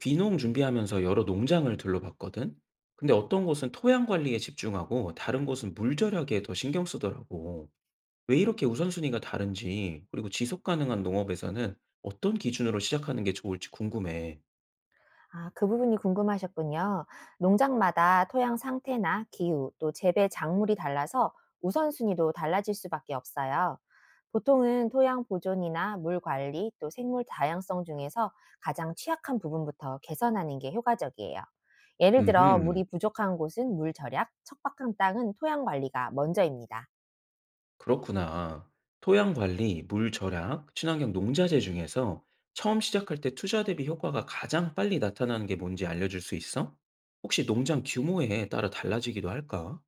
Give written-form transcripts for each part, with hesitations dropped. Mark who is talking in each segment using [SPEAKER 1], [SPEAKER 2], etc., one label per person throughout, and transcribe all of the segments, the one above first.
[SPEAKER 1] 귀농 준비하면서 여러 농장을 둘러봤거든? 근데 어떤 곳은 토양 관리에 집중하고 다른 곳은 물 절약에 더 신경 쓰더라고. 왜 이렇게 우선순위가 다른지, 그리고 지속 가능한 농업에서는 어떤 기준으로 시작하는 게 좋을지 궁금해.
[SPEAKER 2] 아, 그 부분이 궁금하셨군요. 농장마다 토양 상태나 기후, 또 재배 작물이 달라서 우선순위도 달라질 수밖에 없어요. 보통은 토양 보존이나 물 관리, 또 생물 다양성 중에서 가장 취약한 부분부터 개선하는 게 효과적이에요. 예를 들어,
[SPEAKER 1] 음,
[SPEAKER 2] 물이 부족한 곳은 물 절약, 척박한 땅은 토양 관리가 먼저입니다.
[SPEAKER 1] 그렇구나. 토양 관리, 물 절약, 친환경 농자재 중에서 처음 시작할 때 투자 대비 효과가 가장 빨리 나타나는 게 뭔지 알려줄 수 있어? 혹시 농장 규모에 따라 달라지기도 할까?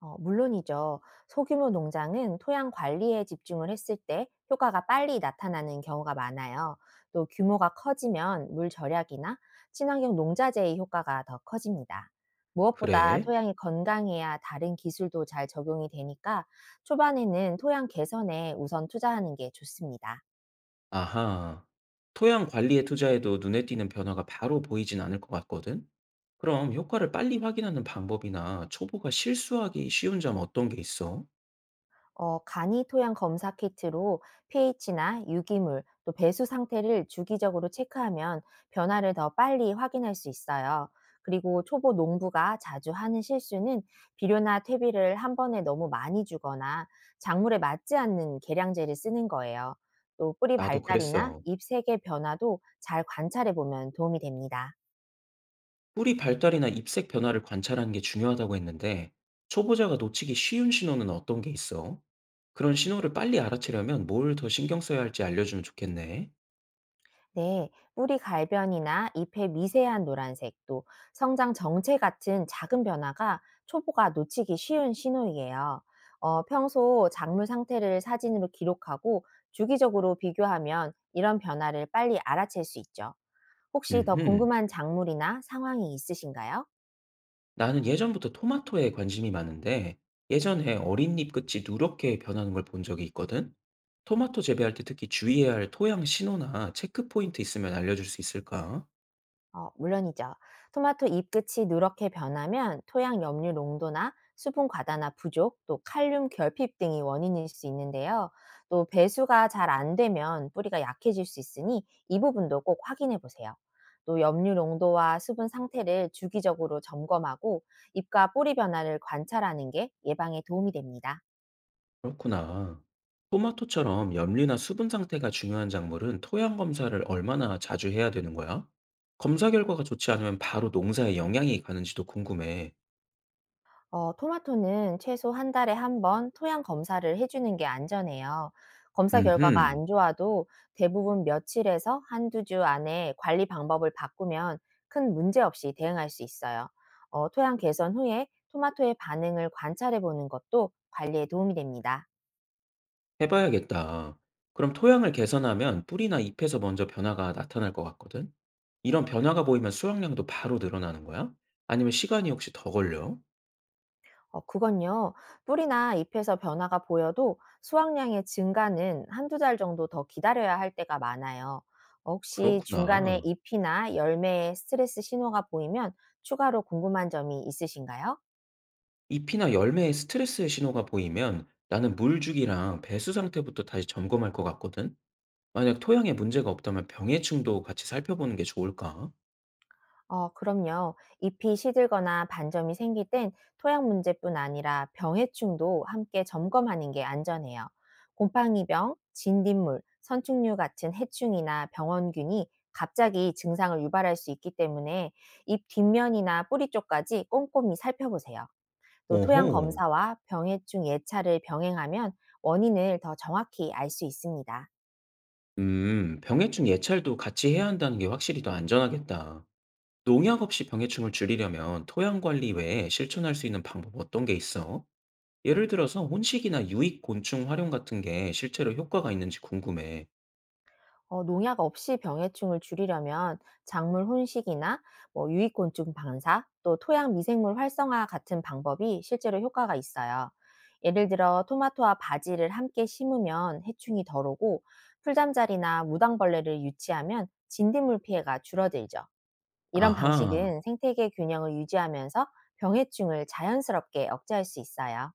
[SPEAKER 2] 물론이죠. 소규모 농장은 토양 관리에 집중을 했을 때 효과가 빨리 나타나는 경우가 많아요. 또 규모가 커지면 물 절약이나 친환경 농자재의 효과가 더 커집니다. 무엇보다
[SPEAKER 1] 그래?
[SPEAKER 2] 토양이 건강해야 다른 기술도 잘 적용이 되니까 초반에는 토양 개선에 우선 투자하는 게 좋습니다.
[SPEAKER 1] 아하. 토양 관리에 투자해도 눈에 띄는 변화가 바로 보이진 않을 것 같거든? 그럼 효과를 빨리 확인하는 방법이나 초보가 실수하기 쉬운 점 어떤 게 있어?
[SPEAKER 2] 간이 토양 검사 키트로 pH나 유기물, 또 배수 상태를 주기적으로 체크하면 변화를 더 빨리 확인할 수 있어요. 그리고 초보 농부가 자주 하는 실수는 비료나 퇴비를 한 번에 너무 많이 주거나 작물에 맞지 않는 계량제를 쓰는 거예요. 또 뿌리
[SPEAKER 1] 나도
[SPEAKER 2] 발달이나
[SPEAKER 1] 그랬어.
[SPEAKER 2] 잎 색의 변화도 잘 관찰해 보면 도움이 됩니다.
[SPEAKER 1] 뿌리 발달이나 잎색 변화를 관찰하는 게 중요하다고 했는데, 초보자가 놓치기 쉬운 신호는 어떤 게 있어? 그런 신호를 빨리 알아채려면 뭘 더 신경 써야 할지 알려주면 좋겠네.
[SPEAKER 2] 네, 뿌리 갈변이나 잎의 미세한 노란색, 또 성장 정체 같은 작은 변화가 초보가 놓치기 쉬운 신호이에요. 평소 작물 상태를 사진으로 기록하고 주기적으로 비교하면 이런 변화를 빨리 알아챌 수 있죠. 혹시 더
[SPEAKER 1] 음흠.
[SPEAKER 2] 궁금한 작물이나 상황이 있으신가요?
[SPEAKER 1] 나는 예전부터 토마토에 관심이 많은데 예전에 어린 잎 끝이 누렇게 변하는 걸 본 적이 있거든? 토마토 재배할 때 특히 주의해야 할 토양 신호나 체크포인트 있으면 알려줄 수 있을까?
[SPEAKER 2] 물론이죠. 토마토 잎 끝이 누렇게 변하면 토양 염류 농도나 수분 과다나 부족, 또 칼륨 결핍 등이 원인일 수 있는데요. 또 배수가 잘 안 되면 뿌리가 약해질 수 있으니 이 부분도 꼭 확인해 보세요. 또 염류 농도와 수분 상태를 주기적으로 점검하고 잎과 뿌리 변화를 관찰하는 게 예방에 도움이 됩니다.
[SPEAKER 1] 그렇구나. 토마토처럼 염류나 수분 상태가 중요한 작물은 토양 검사를 얼마나 자주 해야 되는 거야? 검사 결과가 좋지 않으면 바로 농사에 영향이 가는지도 궁금해.
[SPEAKER 2] 토마토는 최소 한 달에 한 번 토양 검사를 해주는 게 안전해요. 검사 결과가
[SPEAKER 1] 음흠.
[SPEAKER 2] 안 좋아도 대부분 며칠에서 한두 주 안에 관리 방법을 바꾸면 큰 문제 없이 대응할 수 있어요. 토양 개선 후에 토마토의 반응을 관찰해 보는 것도 관리에 도움이 됩니다.
[SPEAKER 1] 해 봐야겠다. 그럼 토양을 개선하면 뿌리나 잎에서 먼저 변화가 나타날 것 같거든? 이런 변화가 보이면 수확량도 바로 늘어나는 거야? 아니면 시간이 혹시 더 걸려?
[SPEAKER 2] 그건요. 뿌리나 잎에서 변화가 보여도 수확량의 증가는 한두 달 정도 더 기다려야 할 때가 많아요. 혹시 중간에
[SPEAKER 1] 그렇구나.
[SPEAKER 2] 잎이나 열매에 스트레스 신호가 보이면 추가로 궁금한 점이 있으신가요?
[SPEAKER 1] 잎이나 열매에 스트레스의 신호가 보이면 나는 물 주기랑 배수 상태부터 다시 점검할 것 같거든? 만약 토양에 문제가 없다면 병해충도 같이 살펴보는 게 좋을까?
[SPEAKER 2] 그럼요. 잎이 시들거나 반점이 생길 땐 토양 문제뿐 아니라 병해충도 함께 점검하는 게 안전해요. 곰팡이병, 진딧물, 선충류 같은 해충이나 병원균이 갑자기 증상을 유발할 수 있기 때문에 잎 뒷면이나 뿌리 쪽까지 꼼꼼히 살펴보세요. 또 토양
[SPEAKER 1] 오호.
[SPEAKER 2] 검사와 병해충 예찰을 병행하면 원인을 더 정확히 알 수 있습니다.
[SPEAKER 1] 병해충 예찰도 같이 해야 한다는 게 확실히 더 안전하겠다. 농약 없이 병해충을 줄이려면 토양 관리 외에 실천할 수 있는 방법 어떤 게 있어? 예를 들어서 혼식이나 유익 곤충 활용 같은 게 실제로 효과가 있는지 궁금해.
[SPEAKER 2] 농약 없이 병해충을 줄이려면 작물 혼식이나 뭐 유익곤충 방사, 또 토양 미생물 활성화 같은 방법이 실제로 효과가 있어요. 예를 들어 토마토와 바지를 함께 심으면 해충이 덜 오고 풀잠자리나 무당벌레를 유치하면 진딧물 피해가 줄어들죠. 이런
[SPEAKER 1] 아하,
[SPEAKER 2] 방식은 생태계 균형을 유지하면서 병해충을 자연스럽게 억제할 수 있어요.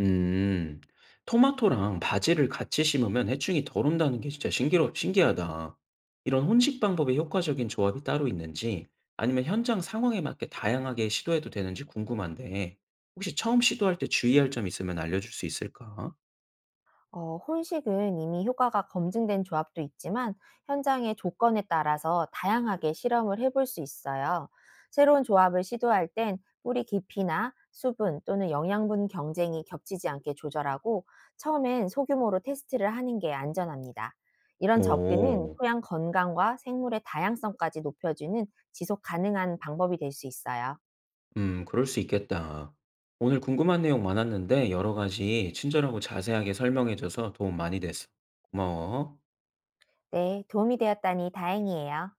[SPEAKER 1] 음, 토마토랑 바지를 같이 심으면 해충이 덜 온다는 게 진짜 신기하다. 이런 혼식 방법의 효과적인 조합이 따로 있는지 아니면 현장 상황에 맞게 다양하게 시도해도 되는지 궁금한데 혹시 처음 시도할 때 주의할 점 있으면 알려줄 수 있을까?
[SPEAKER 2] 혼식은 이미 효과가 검증된 조합도 있지만 현장의 조건에 따라서 다양하게 실험을 해볼 수 있어요. 새로운 조합을 시도할 땐 뿌리 깊이나 수분 또는 영양분 경쟁이 겹치지 않게 조절하고 처음엔 소규모로 테스트를 하는 게 안전합니다. 이런 접근은
[SPEAKER 1] 오.
[SPEAKER 2] 토양 건강과 생물의 다양성까지 높여주는 지속 가능한 방법이 될 수 있어요.
[SPEAKER 1] 그럴 수 있겠다. 오늘 궁금한 내용 많았는데 여러 가지 친절하고 자세하게 설명해줘서 도움 많이 됐어. 고마워.
[SPEAKER 2] 네, 도움이 되었다니 다행이에요.